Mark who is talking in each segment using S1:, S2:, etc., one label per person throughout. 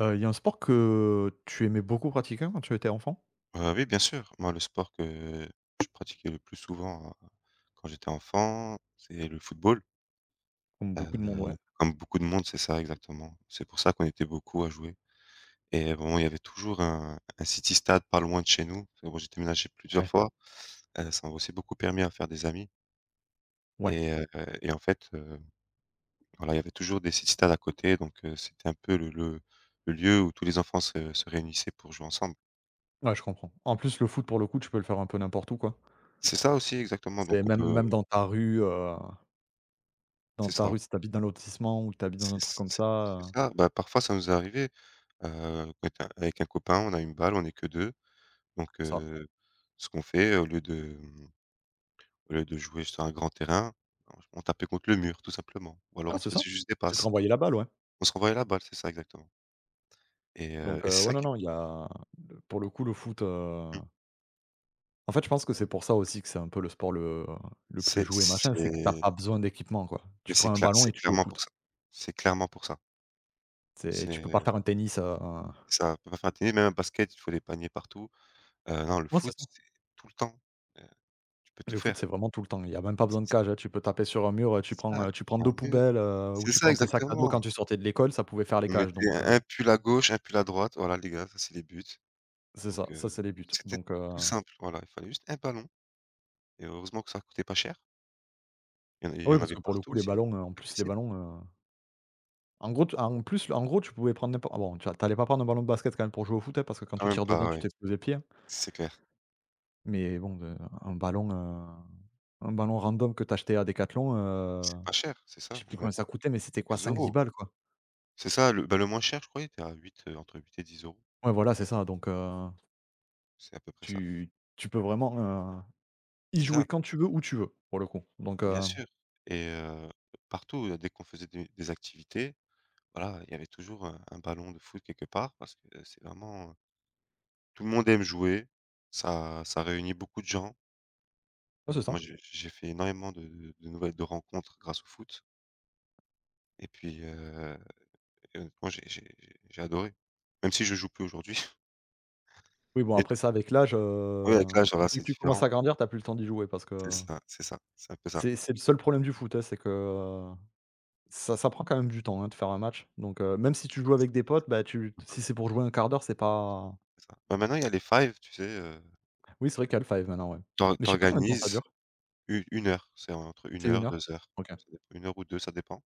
S1: Il y a un sport que tu aimais beaucoup pratiquer quand tu étais enfant?
S2: Oui, bien sûr. Moi, le sport que je pratiquais le plus souvent, quand j'étais enfant, c'est le football.
S1: Comme beaucoup de
S2: Heu,
S1: monde, ouais.
S2: Comme beaucoup de monde, c'est ça exactement. C'est pour ça qu'on était beaucoup à jouer et bon, il y avait toujours un city stade pas loin de chez nous, parce que moi, j'ai déménagé plusieurs
S1: Ouais,
S2: fois. Ça m'a aussi beaucoup permis à faire des amis
S1: ouais,
S2: et heu et en fait, voilà, il y avait toujours des city stades à côté donc c'était un peu le lieu où tous les enfants se réunissaient pour jouer ensemble.
S1: ouais, je comprends. En plus, le foot, pour le coup, tu peux le faire un peu n'importe où, quoi.
S2: C'est ça aussi exactement
S1: C'est
S2: donc on
S1: même
S2: peut
S1: même dans
S2: c'est
S1: ta
S2: ça.
S1: rue, si t'habites dans un lotissement ou que tu dans
S2: C'est
S1: un truc comme
S2: c'est
S1: ça,
S2: c'est ça, bah, parfois ça nous est arrivé, avec un copain, on a une balle, on n'est que 2 donc
S1: ça
S2: ce qu'on fait au lieu de, au lieu de jouer sur un grand terrain, on tapait contre le mur tout simplement ou alors
S1: ah,
S2: on se
S1: c'est ça?
S2: faisait juste des
S1: Tu te
S2: passes.
S1: renvoyais la balle, ouais.
S2: On se renvoyait la balle, c'est ça exactement et heu
S1: Donc
S2: et
S1: heu,
S2: c'est
S1: ouais,
S2: ça
S1: non,
S2: qui...
S1: non, il y a le pour le coup, le foot,
S2: mmh,
S1: en fait, je pense que c'est pour ça aussi que c'est un peu le sport le plus joué, machin, c'est que t'as
S2: c'est
S1: pas besoin d'équipement, quoi.
S2: mais
S1: Tu prends un ballon
S2: c'est
S1: et tu joues au
S2: clairement pour
S1: foot.
S2: ça. C'est clairement pour ça.
S1: C'est Tu peux pas
S2: C'est
S1: faire un tennis,
S2: ça. On peut pas faire un tennis, même un basket, il faut des paniers partout. Non, le
S1: ouais, c'est
S2: foot,
S1: ça.
S2: c'est tout le temps, heu, tu peux tout
S1: Le foot, c'est
S2: faire.
S1: vraiment tout le temps. Il y a même pas besoin de cage, hein. Tu peux taper sur un mur, tu
S2: C'est
S1: prends,
S2: ça, tout le
S1: 2
S2: temps.
S1: poubelles, ou
S2: C'est
S1: tu
S2: ça,
S1: prends tes sacs à dos
S2: exactement.
S1: quand tu sortais de l'école, ça pouvait faire les
S2: On
S1: cages
S2: mettait
S1: donc,
S2: un pull à gauche, un pull à droite. Voilà les gars, ça c'est les buts.
S1: c'est
S2: Donc
S1: ça, ça, c'est les buts
S2: c'était
S1: donc
S2: tout
S1: heu,
S2: simple. Voilà, il fallait juste un ballon et heureusement que ça coûtait pas cher. Il y en il y
S1: Oui,
S2: en
S1: parce
S2: avait
S1: que pour le
S2: partout
S1: coup, les
S2: aussi,
S1: ballons, en plus, les
S2: accessible.
S1: ballons, en gros, tu en plus, en gros, tu pouvais prendre n'importe ah bon, tu a allais pas prendre un ballon de basket quand même pour jouer au foot, hein, parce que quand
S2: Quand
S1: tu
S2: même
S1: tires dedans,
S2: pas,
S1: tu
S2: ouais,
S1: t'exposes les pieds, hein,
S2: c'est clair.
S1: mais bon, de un ballon, random que t'achetais à Decathlon,
S2: C'est pas cher, c'est
S1: je
S2: ça.
S1: sais
S2: On
S1: plus
S2: avait
S1: combien ça
S2: pour
S1: coûtait mais c'était quoi
S2: quelques
S1: cinq dix
S2: euros.
S1: balles, quoi.
S2: C'est ça, le bah, le moins cher je crois il était à 8, entre 8 et 10 euros.
S1: Ouais, voilà, c'est ça donc.
S2: C'est à peu près ça.
S1: tu tu peux vraiment, y
S2: C'est
S1: jouer
S2: ça,
S1: quand tu veux, où tu veux, pour le coup. Donc
S2: bien
S1: heu,
S2: sûr et partout, dès qu'on faisait des activités, voilà, il y avait toujours, un ballon de foot quelque part parce que c'est vraiment, tout le monde aime jouer, ça réunit beaucoup de gens.
S1: ouais, c'est
S2: Moi,
S1: ça.
S2: j'ai fait énormément de nouvelles de rencontres grâce au foot et puis, et honnêtement, j'ai adoré. Même si je joue plus aujourd'hui.
S1: Oui, bon,
S2: Et
S1: après
S2: tout,
S1: ça, avec l'âge,
S2: ouais, avec l'âge, voilà,
S1: dès
S2: c'est
S1: que tu commences
S2: différent.
S1: à grandir, t'as plus le temps d'y jouer parce
S2: C'est
S1: que
S2: ça, c'est ça, c'est un peu ça.
S1: c'est le seul problème du foot, hein, c'est que ça prend quand même du temps, hein, de faire un match. Donc, même si tu joues avec des potes, bah, tu si c'est pour jouer un quart d'heure, c'est pas
S2: C'est ça. Bah, maintenant, il y a les five, tu sais. heu,
S1: oui, c'est
S2: tu
S1: vrai qu'il y a le five maintenant, ouais.
S2: t'or
S1: Mais je sais pas combien de temps ça
S2: t'organises
S1: dure.
S2: u 1 heure, c'est entre une
S1: C'est
S2: heure,
S1: 1 heure?
S2: 2 heures,
S1: OK.
S2: ça dépend, 1 heure ou deux, ça dépend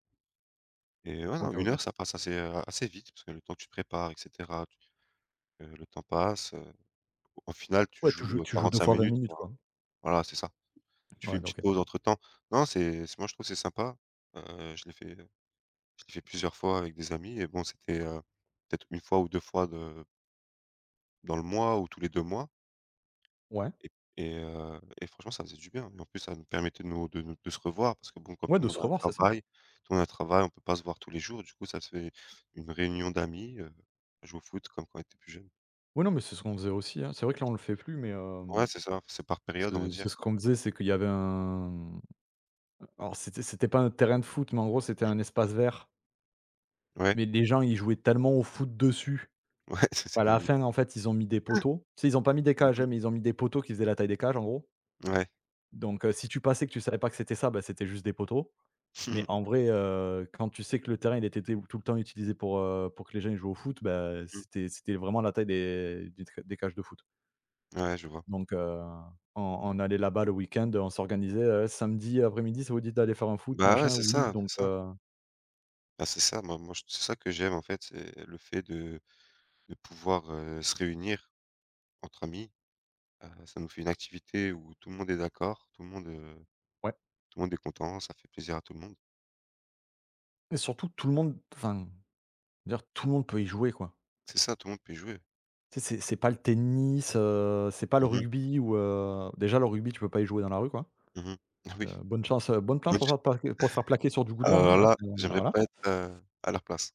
S2: et ouais,
S1: OK,
S2: non, 1
S1: OK.
S2: heure, ça passe assez, assez vite parce que le temps que tu te prépares et cetera, tu le temps passe, au final, tu
S1: Ouais, tu joues
S2: joues,
S1: tu joues 2
S2: 45
S1: fois 20
S2: minutes,
S1: minutes,
S2: quoi.
S1: quoi.
S2: Voilà, c'est ça. Tu fais
S1: Ouais,
S2: une
S1: donc
S2: petite
S1: OK.
S2: pause entre temps. Non, c'est moi je trouve c'est sympa. Heu, je l'ai fait, heu, je l'ai fait plusieurs fois avec des amis et bon, c'était, peut-être une fois ou 2 fois de dans le mois ou tous les 2 mois
S1: Ouais.
S2: et et franchement, ça faisait du bien et en plus, ça nous permettait de nous de se revoir parce que bon, comme
S1: Ouais, de se revoir, c'est ça.
S2: tout le monde a un travail, on peut pas se voir tous les jours. Du coup, ça se fait une réunion d'amis, on joue au foot comme quand on était plus jeunes.
S1: Ouais, non, mais c'est ce qu'on faisait aussi, hein. C'est vrai que là, on le fait plus, mais
S2: Ouais,
S1: hem
S2: c'est ça, c'est par période, on va
S1: C'est
S2: dire.
S1: c'est ce qu'on me disait, c'est qu'il y avait un alors c'était pas un terrain de foot, mais en gros, c'était
S2: Mmh.
S1: un espace vert.
S2: Ouais,
S1: Mais les gens, ils jouaient tellement au foot dessus.
S2: ouais, ça
S1: À
S2: c'est
S1: la
S2: devenu.
S1: fin, en fait, ils ont mis des poteaux. Tu sais, ils ont pas mis des
S2: Mmh
S1: cages, hein, mais
S2: mh.
S1: ils ont mis des poteaux qui faisaient la taille des cages, en gros.
S2: Ouais.
S1: Donc, si tu passais que tu savais pas que c'était ça, bah, c'était juste des poteaux.
S2: Mmh
S1: Mais
S2: mh.
S1: en vrai, quand tu sais que le terrain, il était tout tout le temps utilisé pour que les gens, ils jouent au foot, bah,
S2: Mmh.
S1: c'était vraiment la taille des cages de foot.
S2: Ouais, je vois.
S1: Donc, on allait là-bas le week-end, on s'organisait, «Samedi après-midi, ça vous dit d'aller faire un foot,
S2: Bah, ouais,
S1: machin?»
S2: c'est
S1: «Oui»,
S2: ça,
S1: donc
S2: c'est ça.
S1: heu,
S2: Bah, c'est ça, moi moi, j c'est ça que j'aime, en fait, c'est le fait de pouvoir, se réunir entre amis. Ça nous fait une activité où tout le monde est d'accord,
S1: Ouais.
S2: tout le monde est content, ça fait plaisir à tout le monde.
S1: Et surtout tout le monde enfin, je veux dire tout le monde peut y jouer quoi.
S2: C'est ça, tout le monde peut y jouer.
S1: Tu sais, c'est pas le tennis, c'est pas le
S2: Mmh mh.
S1: rugby ou déjà le rugby, tu peux pas y jouer dans la rue quoi.
S2: Mmh mh. Ah oui.
S1: Donc, bonne chance, bonne planche
S2: Bonne
S1: pour
S2: ch
S1: faire plaquer pour te faire plaquer sur du goudron, hein,
S2: Alors
S1: là,
S2: là,
S1: c'est
S2: j'aimerais
S1: voilà.
S2: pas être, à leur place.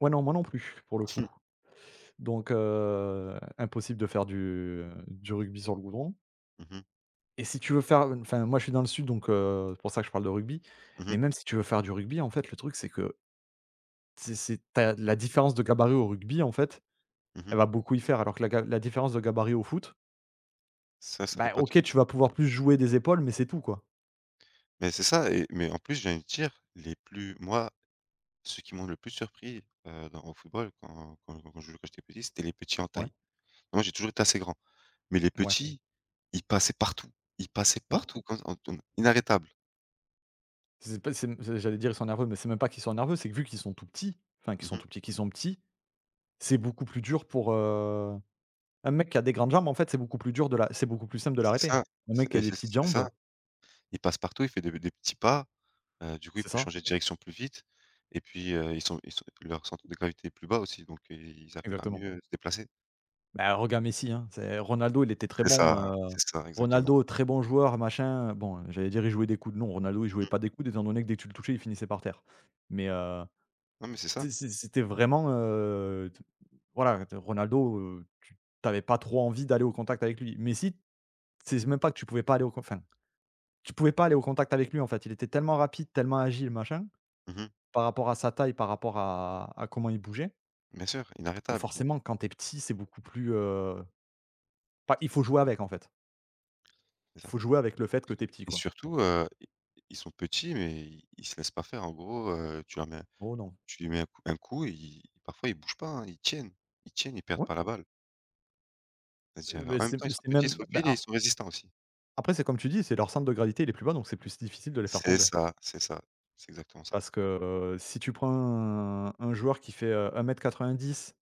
S1: Ouais, non, moi non plus, pour le coup. Donc, impossible de faire du rugby sur le goudron.
S2: Mmh mh.
S1: Et si tu veux faire enfin, moi, je suis dans le sud, donc c'est pour ça que je parle de rugby.
S2: Mmh
S1: Mais
S2: mh.
S1: même si tu veux faire du rugby, en fait, le truc, c'est que c'est tu la différence de gabarit au rugby, en fait,
S2: Mmh mh.
S1: elle va beaucoup y faire, alors que la différence de gabarit au foot,
S2: Ça fait
S1: bah,
S2: pas tout.
S1: OK, tu vas pouvoir plus jouer des épaules, mais c'est tout, quoi.
S2: Mais c'est ça mais en plus, j'ai envie de dire, les plus moi ce qui m'ont le plus surpris, dans au football quand je jouais quand j'étais petit, c'était les petits en
S1: Ouais,
S2: taille. Moi, j'ai toujours été assez grand, mais les... Oui.
S1: ouais,
S2: Petits, ils passaient partout, ils passaient
S1: ouais.
S2: partout quand en tourn inarrêtables.
S1: C'est pas c'est c'est j'allais dire: «Ils sont nerveux», mais c'est même pas qu'ils sont nerveux, c'est que vu qu'ils sont tout petits, enfin, qu'ils sont
S2: Mmh.
S1: tout petits, qu'ils sont petits, c'est beaucoup plus dur pour, un mec qui a des grandes jambes, en fait, c'est beaucoup plus simple de
S2: C'est
S1: l'arrêter.
S2: ça,
S1: Un mec qui a
S2: c'est
S1: des
S2: c'est
S1: petites
S2: c'est ça.
S1: jambes
S2: Il passe partout, il fait des petits pas, du coup, il
S1: c'est
S2: peut
S1: ça,
S2: changer de direction plus vite et puis, ils sont leur centre de gravité est plus bas aussi, donc ils arrivent à
S1: exactement.
S2: mieux se déplacer.
S1: Bah, regarde Messi, hein, c'est Ronaldo, il était très bon,
S2: C'est ça exactement.
S1: Ronaldo, très bon joueur, machin, bon, j'allais dire: «Il jouait des coudes». Non, Ronaldo, il jouait
S2: Mmh.
S1: pas des coudes étant donné que dès que tu le touchais, il finissait par terre. Mais,
S2: Non, mais c'est ça.
S1: tu sais, c'était vraiment, t voilà, t Ronaldo, tu avais pas trop envie d'aller au contact avec lui. Messi, c'est même pas que tu pouvais pas aller au con enfin, tu pouvais pas aller au contact avec lui, en fait. Il était tellement rapide, tellement agile, machin,
S2: Mmh.
S1: par rapport à sa taille, par rapport à comment il bougeait,
S2: Bien sûr,
S1: que
S2: inarrêtable, il
S1: forcément, quand t'es petit, c'est beaucoup plus, pas il faut jouer avec, en fait.
S2: c'est ça.
S1: Faut jouer avec le fait que t'es petit,
S2: Et
S1: quoi.
S2: surtout, i ils sont petits, mais ils se laissent pas faire. En gros,
S1: Oh non.
S2: tu lui mets un coup, ils parfois ils bougent pas, hein, ils tiennent. Ils tiennent, ils perdent
S1: Ouais,
S2: pas la balle. C'est-à-dire,
S1: mais
S2: en même
S1: c'est
S2: temps, ils sont
S1: c'est
S2: petits, ils
S1: même
S2: sont
S1: bah,
S2: rapides et
S1: a
S2: ils sont résistants aussi.
S1: après, c'est comme tu dis, c'est leur centre de gravité, il est plus bas, donc c'est plus difficile de les faire
S2: C'est
S1: tomber.
S2: ça, c'est ça. C'est exactement ça.
S1: Parce que, si tu prends un joueur qui fait, 1,90 m,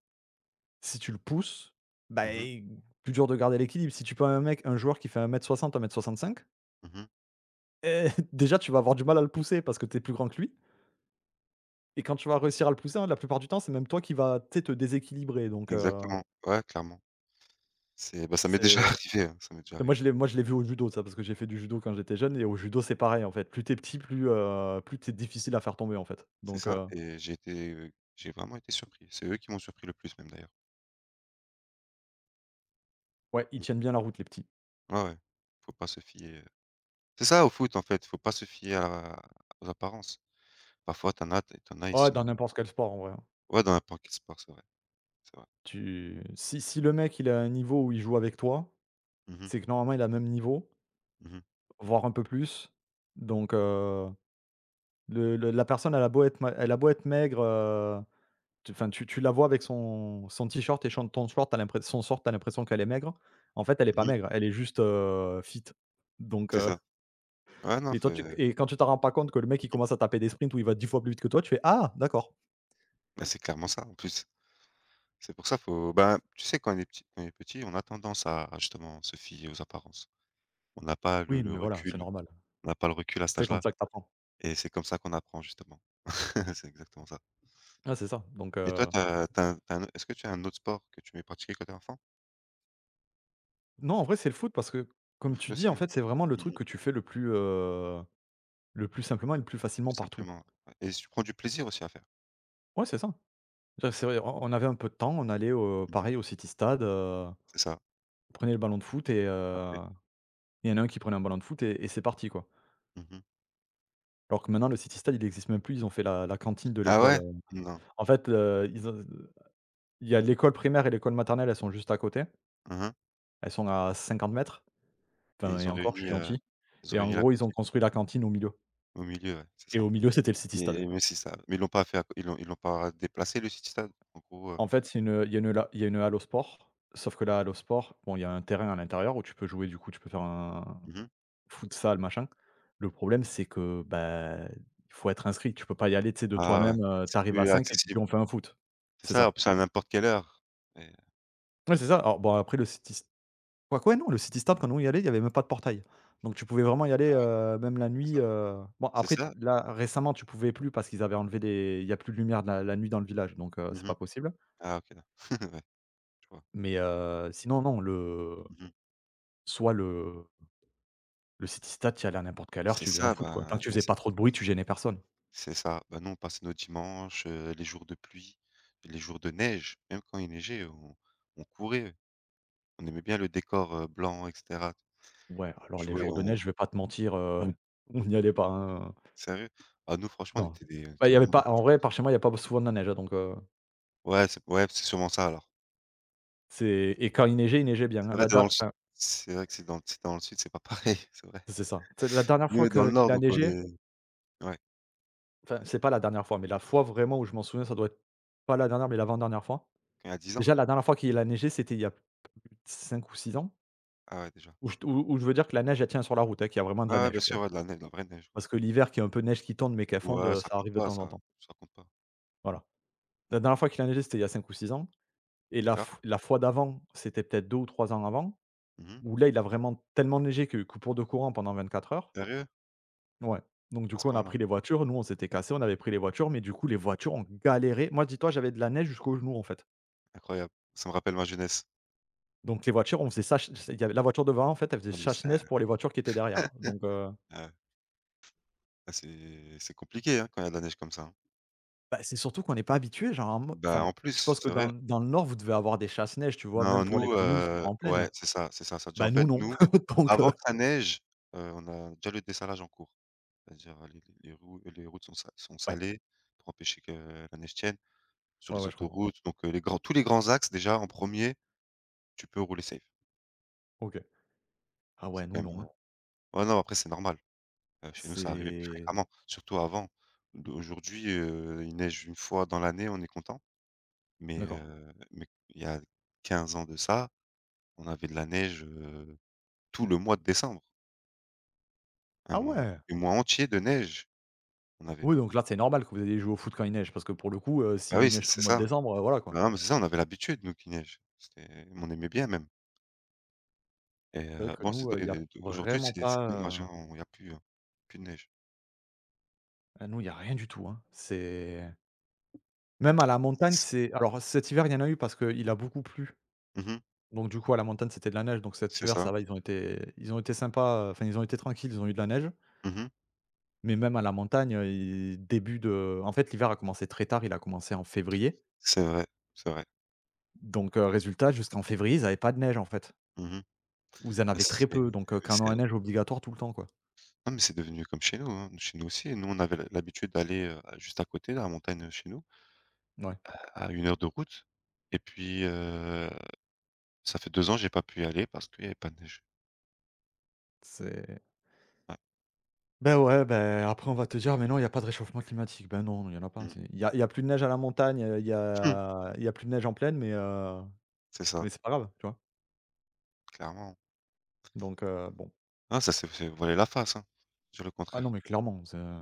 S1: si tu le pousses, bah,
S2: Mmh mh.
S1: i plus dur de garder l'équilibre. Si tu prends un joueur qui fait 1 m 60, 1 m 65,
S2: Mmh mh.
S1: eh, déjà, tu vas avoir du mal à le pousser parce que t'es plus grand que lui et quand tu vas réussir à le pousser, hein, la plupart du temps, c'est même toi qui vas tu sais, te déséquilibrer donc
S2: Exactement. Ouais, clairement. C'est Bah, ça m'est déjà
S1: c'est
S2: arrivé, hein, ça m'est déjà arrivé.
S1: Moi je l'ai vu au judo ça, parce que j'ai fait du judo quand j'étais jeune et au judo c'est pareil en fait. Plus t'es petit, plus t'es difficile à faire tomber en fait.
S2: C'est
S1: Donc,
S2: ça
S1: heu,
S2: et j'ai vraiment été surpris. C'est eux qui m'ont surpris le plus même d'ailleurs.
S1: ouais, ils
S2: Mmh.
S1: tiennent bien la route les petits.
S2: Ouais, ouais. Faut pas se fier, C'est ça au foot en fait, faut pas se fier à aux apparences. Parfois, t'en as tu en as, ils
S1: Ouais, dans
S2: sont
S1: n'importe quel sport en vrai, hein.
S2: ouais, dans n'importe quel sport, c'est vrai, c'est vrai.
S1: Tu Si le mec il a un niveau où il joue avec toi,
S2: Mmh mh.
S1: c'est que normalement il a le même niveau,
S2: Mmh mh.
S1: voire un peu plus. Donc, le la personne elle a beau être maigre, tu enfin tu la vois avec son t-shirt et son ton short, tu as l'impres son short, t'as l'impression qu'elle est maigre. En fait elle est pas
S2: Mmh mh.
S1: maigre, elle est juste, fit. Donc,
S2: C'est
S1: heu
S2: ça. Ouais, non,
S1: et
S2: faut
S1: toi, tu et quand tu t'en rends pas compte que le mec, il commence à taper des sprints où il va 10 fois plus vite que toi, tu fais: «Ah d'accord,
S2: bah, c'est clairement ça, en plus. C'est pour ça, faut ben, tu sais, quand on est petit, on a tendance à justement se fier aux apparences. On n'a pas le
S1: oui, non
S2: le
S1: mais voilà, c'est
S2: recul
S1: normal».
S2: on n'a pas le recul à cet
S1: C'est comme
S2: âge-là
S1: ça que t'apprends.
S2: et c'est comme ça qu'on apprend, justement. C'est exactement ça.
S1: Ah c'est ça, donc
S2: Et toi,
S1: heu,
S2: tu as tu as tu as un est-ce que tu as un autre sport que tu aimais pratiquer quand tu étais enfant?
S1: non, en vrai, c'est le foot parce que,
S2: Le
S1: comme
S2: foot
S1: tu
S2: aussi,
S1: dis, en
S2: hein?
S1: fait, c'est vraiment le
S2: Mmh
S1: truc
S2: mh.
S1: que tu fais le plus, simplement et le plus facilement
S2: Tout
S1: partout.
S2: simplement, ouais et tu prends du plaisir aussi à faire.
S1: Ouais, c'est ça. Bah, c'est vrai, on avait un peu de temps, on allait au
S2: Mmh mh.
S1: pareil au City Stade,
S2: C'est ça,
S1: on prenait le ballon de foot et
S2: tout à
S1: heu,
S2: fait.
S1: il y en a un qui prenait un ballon de foot et c'est parti, quoi.
S2: Mmh mh.
S1: Alors que maintenant, le City Stade, il n'existe même plus, ils ont fait la cantine de
S2: Ah
S1: l'école.
S2: ouais? Non.
S1: En fait, ils ont il y a l'école primaire et l'école maternelle, elles sont juste à côté.
S2: Mmh mh.
S1: Elles sont à 50 mètres,
S2: Et
S1: enfin et encore, je suis gentil
S2: ils ont
S1: et en
S2: réuni la
S1: gros, ils ont
S2: cantine
S1: construit la cantine au milieu
S2: au milieu, ouais, c'est
S1: et
S2: ça.
S1: au milieu, c'était le City Stade.
S2: Et mais c'est ça, mais ils l'ont pas déplacé le site stade, en gros,
S1: En fait, c'est une, il y a une la il y a une halle au sport. Sauf que la halle au sport, bon, il y a un terrain à l'intérieur où tu peux jouer, du coup, tu peux faire un
S2: mmh mh.
S1: futsal, machin. Le problème, c'est que, bah, il faut être inscrit. Tu peux pas y aller, tu sais, de
S2: Ah ouais,
S1: toi-même, tu
S2: c'est
S1: arrives à
S2: plus
S1: 5 et tu dis:
S2: accessible.
S1: «On fait un foot».
S2: C'est
S1: C'est
S2: ça, en
S1: ça.
S2: plus à n'importe quelle heure et
S1: Ouais, c'est ça. Alors bon, après le City Quoique, ouais, non, le City Start, quand nous on y allait, il y avait même pas de portail. Donc tu pouvais vraiment y aller,
S2: ah ouais,
S1: même la
S2: c'est
S1: nuit.
S2: ça.
S1: Bon
S2: C'est
S1: après
S2: ça?
S1: là, récemment, tu pouvais plus parce qu'ils avaient enlevé les il y a plus de lumière la nuit dans le village, donc c'est
S2: Mmh
S1: pas
S2: mh.
S1: possible.
S2: Ah, OK, da ouais, je vois.
S1: Mais sinon non, le
S2: Mmh mh.
S1: soit le City Stade, tu y allais à n'importe quelle heure,
S2: C'est
S1: tu faisais un
S2: ça,
S1: foot, quoi. Tant que
S2: bah,
S1: tu faisais pas trop de bruit, tu gênais personne.
S2: c'est ça. Bah, nous, on passait nos dimanches, les jours de pluie, les jours de neige, même quand il neigeait, on courait. On aimait bien le décor, blanc et cetera.
S1: Ouais, alors les
S2: Jouer,
S1: jours de
S2: on
S1: neige, je vais pas te mentir, on n'y allait pas, hein,
S2: Sérieux? Ah nous franchement on
S1: non.
S2: était des On
S1: Bah,
S2: était
S1: il y avait
S2: vraiment
S1: pas
S2: des...
S1: en vrai, par chez moi, il y a pas souvent de la neige, hein, donc
S2: Ouais, c'est sûrement ça alors.
S1: c'est et quand il neigeait bien,
S2: C'est
S1: hein.
S2: vrai, tu es dans le sud, c'est vrai que c'est dans le sud, c'est pas pareil, c'est vrai.
S1: C'est ça. Tu sais, la dernière
S2: Nous on
S1: fois
S2: est dans
S1: que
S2: le
S1: qu'il
S2: nord
S1: a
S2: donc on
S1: neigé…
S2: est... Ouais,
S1: Enfin, c'est pas la dernière fois, mais la fois vraiment où je m'en souviens, ça doit être pas la dernière, mais l'avant-dernière fois.
S2: il y a 10 ans?
S1: Déjà, la dernière fois qu'il a neigé, c'était il y a 5 ou 6 ans,
S2: Ah ouais déjà.
S1: où je veux dire que la neige, elle tient sur la route, hein, qu'il y a vraiment de
S2: Ouais,
S1: la
S2: ouais,
S1: neige,
S2: bien
S1: tu vois?
S2: sûr, ouais, de la neige, de la vraie neige, quoi.
S1: Parce que l'hiver, qu'il y ait un peu de neige qui tombe, mais qu'elle fonde,
S2: Ouais, ça
S1: ça
S2: compte
S1: arrive de
S2: pas,
S1: temps en
S2: ça
S1: temps.
S2: ça compte pas.
S1: Voilà. La dernière fois qu'il a neigé, c'était il y a 5 ou 6 ans et la
S2: D'accord.
S1: f la fois d'avant, c'était peut-être 2 ou 3 ans avant,
S2: Mmh mh.
S1: où là, il a vraiment tellement neigé qu'il y a eu coupure de courant pendant 24 heures.
S2: Sérieux?
S1: Ouais, donc du
S2: À ce
S1: coup, on a
S2: point-là?
S1: pris les voitures. Nous, on s'était cassés, on avait pris les voitures, mais du coup, les voitures ont galéré. Moi, dis-toi, j'avais de la neige jusqu'aux genoux, en fait.
S2: Incroyable. Ça me rappelle ma jeunesse.
S1: Donc les voitures, on faisait ça, il y avait la voiture devant, en fait, elle faisait
S2: Non mais c'est...
S1: chasse-neige pour les voitures qui étaient derrière. Donc
S2: Ah ouais. Ah, c'est compliqué, hein, quand il y a de la neige comme ça, hein.
S1: bah, c'est surtout qu'on n'est pas habitué, genre,
S2: Bah, en plus,
S1: je pense que
S2: c'est
S1: dans
S2: vrai.
S1: dans le nord, vous devez avoir des chasse-neige, tu vois? Même
S2: Non,
S1: pour les
S2: nous,
S1: communes qui sont en plaine.
S2: ouais, c'est ça, c'est ça. Ça veut dire en
S1: Bah, nous,
S2: fait,
S1: non.
S2: nous,
S1: Donc
S2: avant que ça neige, on a déjà le dessalage en cours. C'est-à-dire, les routes sont
S1: ouais,
S2: salées pour empêcher que la neige tienne sur
S1: ouais,
S2: les
S1: ouais, je comprends.
S2: autoroutes, donc les grands tous les grands axes déjà en premier, tu peux rouler safe.
S1: OK. Ah
S2: C'est
S1: ouais, nous,
S2: quand même,
S1: non,
S2: heu
S1: hein.
S2: ouais, non, après c'est normal. Chez nous, ça arrivait plus
S1: C'est
S2: fréquemment, surtout avant. D Aujourd'hui, il neige une fois dans l'année, on est content,
S1: D'accord.
S2: mais il y a 15 ans de ça, on avait de la neige, tout le mois de décembre. Un
S1: Ah
S2: mois
S1: ouais!
S2: Des mois entiers de neige, on avait.
S1: Oui, donc là, c'est normal que vous ayez joué au foot quand il neige parce que pour le coup,
S2: Bah
S1: s'il
S2: oui, c'est
S1: neige tout le
S2: c'est
S1: mois de
S2: ça.
S1: décembre, voilà, quoi.
S2: Bah, non, mais c'est ça, on avait l'habitude nous qu'il neige. C'était On aimait bien même
S1: C'est vrai que
S2: bon, c'est
S1: nous,
S2: do
S1: il
S2: et
S1: y a
S2: de aujourd'hui
S1: vraiment
S2: c'est
S1: pas,
S2: dommage, hein, on il y a plus, plus de neige.
S1: ah, nous, il y a rien du tout, hein. C'est Même à la montagne,
S2: C
S1: c'est alors cet hiver, il y en a eu parce qu'il a beaucoup plu.
S2: Mmh mh.
S1: Donc du coup, à la montagne, c'était de la neige. Donc cet
S2: C'est
S1: hiver, ça
S2: ça.
S1: va, ils ont été sympas, enfin, ils ont été tranquilles, ils ont eu de la neige.
S2: Mmh mh.
S1: Mais même à la montagne, il début de en fait, l'hiver a commencé très tard, il a commencé en février.
S2: C'est vrai, c'est vrai.
S1: Donc résultat, jusqu'en février, ils avaient pas de neige, en fait,
S2: Mmh mh.
S1: ou ils en
S2: Ah.
S1: avaient très peu. Donc canons
S2: C'est
S1: à neige obligatoire tout le temps, quoi.
S2: Non mais c'est devenu comme chez nous, hein. Chez nous aussi, nous on avait l'habitude d'aller, juste à côté là, la montagne, chez nous,
S1: Ouais,
S2: à 1 heure de route et puis, ça fait 2 ans j'ai pas pu y aller parce qu'il y avait pas de neige.
S1: c'est
S2: Ouais.
S1: Ben ouais, ben, après, on va te dire: «Mais non, il y a pas de réchauffement climatique». Ben non, il y en a pas,
S2: Mmh.
S1: il y a plus de neige à la montagne,
S2: Mmh.
S1: il y a plus de neige en plaine, mais heu…
S2: C'est ça,
S1: Mais c'est pas grave, tu vois?
S2: clairement.
S1: Donc bon.
S2: Ah, ça s'est fait voiler la face, hein, dire le
S1: Ah non,
S2: contraire.
S1: mais clairement, c'est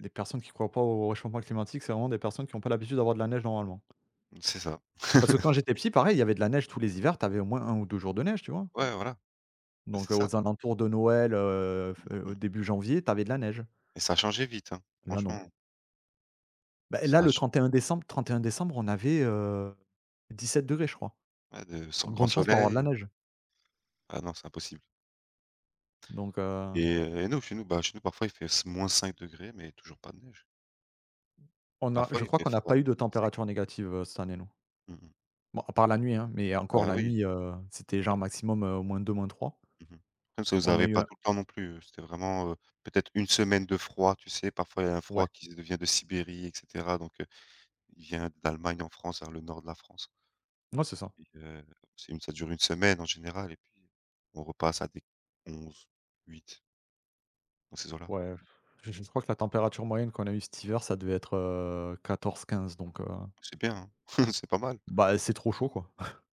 S1: les personnes qui croient pas au réchauffement climatique, c'est vraiment des personnes qui ont pas l'habitude d'avoir de la neige normalement.
S2: C'est ça.
S1: Parce que quand j'étais petit, pareil, il y avait de la neige tous les hivers, tu avais au moins un ou 2 jours de neige, tu vois?
S2: Ouais, voilà, bah,
S1: Donc
S2: c'est ça.
S1: aux alentours de Noël, f
S2: Mmh.
S1: début janvier, tu avais de la neige.
S2: Et ça a changé vite, hein,
S1: Là, non.
S2: franchement.
S1: Bah,
S2: Ça
S1: là,
S2: a
S1: le
S2: ch
S1: 31 décembre 31 décembre, on avait 17 degrés, je crois.
S2: Ouais, de so
S1: Donc,
S2: grand
S1: bonne chance pour avoir de la
S2: soleil,
S1: neige.
S2: ah non, c'est impossible
S1: Donc
S2: et nous, chez nous, bah, chez nous, parfois, il fait s -5 degrés, mais toujours pas de neige.
S1: on a…
S2: Parfois,
S1: je
S2: il
S1: crois
S2: fait
S1: qu'on n'a
S2: froid,
S1: pas eu de
S2: sec.
S1: température négative, cette année, nous.
S2: Mmh mh.
S1: Bon, à part la nuit, hein, mais encore
S2: Bah,
S1: la
S2: oui.
S1: nuit, c'était genre maximum, moins deux, moins trois.
S2: Mmh mh. Comme ça nous
S1: On a
S2: arrivait
S1: eu
S2: pas
S1: un
S2: tout le temps non plus, c'était vraiment, peut-être une semaine de froid, tu sais? Parfois, il y a un froid
S1: ouais,
S2: qui vient de Sibérie et cetera donc il vient d'Allemagne en France, vers le nord de la France.
S1: non c'est ça.
S2: Puis, c'est une ça dure une semaine en général et puis on repasse à des 11, 8, dans ces eaux-là.
S1: Ouais, je crois que la température moyenne qu'on a eu cet hiver, ça devait être, 14-15, donc
S2: C'est bien, hein. C'est pas mal.
S1: bah, c'est trop chaud, quoi.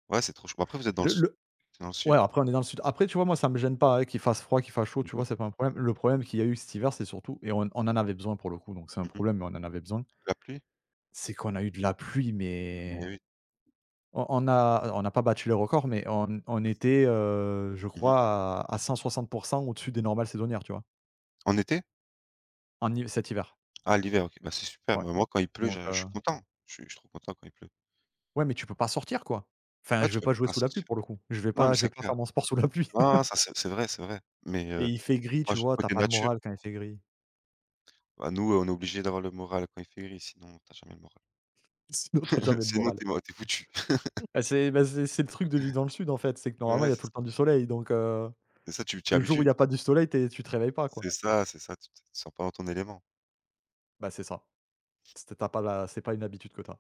S2: Ouais, c'est trop chaud. Bah, après vous êtes dans le sud,
S1: Le
S2: c'est dans le
S1: Ouais,
S2: sud.
S1: après on est dans le sud. Après, tu vois, moi ça me gêne pas, hein, qu'il fasse froid, qu'il fasse chaud,
S2: Mmh
S1: tu vois,
S2: mh.
S1: c'est pas un problème. Le problème qu'il y a eu cet hiver, c'est surtout et on en avait besoin pour le coup, donc c'est un
S2: Mmh mh.
S1: problème, mais on en avait besoin,
S2: La pluie?
S1: c'est qu'on a eu de la pluie,
S2: Mais
S1: mais…
S2: oui.
S1: On n'a pas battu les records, mais on était, je
S2: Mmh mh.
S1: crois à 160 au-dessus des normales saisonnières, tu vois?
S2: En été?
S1: En hi Cet hiver.
S2: Ah, l'hiver, OK. Bah, c'est super.
S1: Ouais,
S2: Bah, moi quand il pleut,
S1: donc
S2: je suis content. Je suis trop content quand il pleut.
S1: ouais, mais tu peux pas sortir, quoi. Enfin,
S2: Ah,
S1: je
S2: tu
S1: vais
S2: peux
S1: pas jouer
S2: pas
S1: sous la pluie
S2: sortir.
S1: pour le coup.
S2: Non mais
S1: Je vais
S2: c'est
S1: pas
S2: clair.
S1: faire mon sport sous la pluie
S2: Non, ça c'est vrai, c'est vrai. Mais,
S1: et il fait gris,
S2: moi
S1: tu
S2: je
S1: vois? T'as
S2: côté
S1: pas le
S2: nature,
S1: moral quand il fait gris.
S2: bah, nous, on est obligés d'avoir le moral quand il fait gris, sinon tu as jamais le moral.
S1: Sinon, tu jamais de
S2: Sinon,
S1: moral.
S2: tu es foutu.
S1: Bah, c'est le truc de vivre dans le sud, en fait, c'est que normalement, il
S2: Ouais,
S1: y a
S2: c'est
S1: tout le
S2: ça.
S1: temps du soleil, donc
S2: C'est ça, tu t'y
S1: le jour où il y
S2: habitues.
S1: a pas du soleil, tu te réveilles pas, quoi.
S2: C'est ça, tu te sens pas dans ton élément.
S1: Bah, c'est ça. C'est pas une habitude que t'as.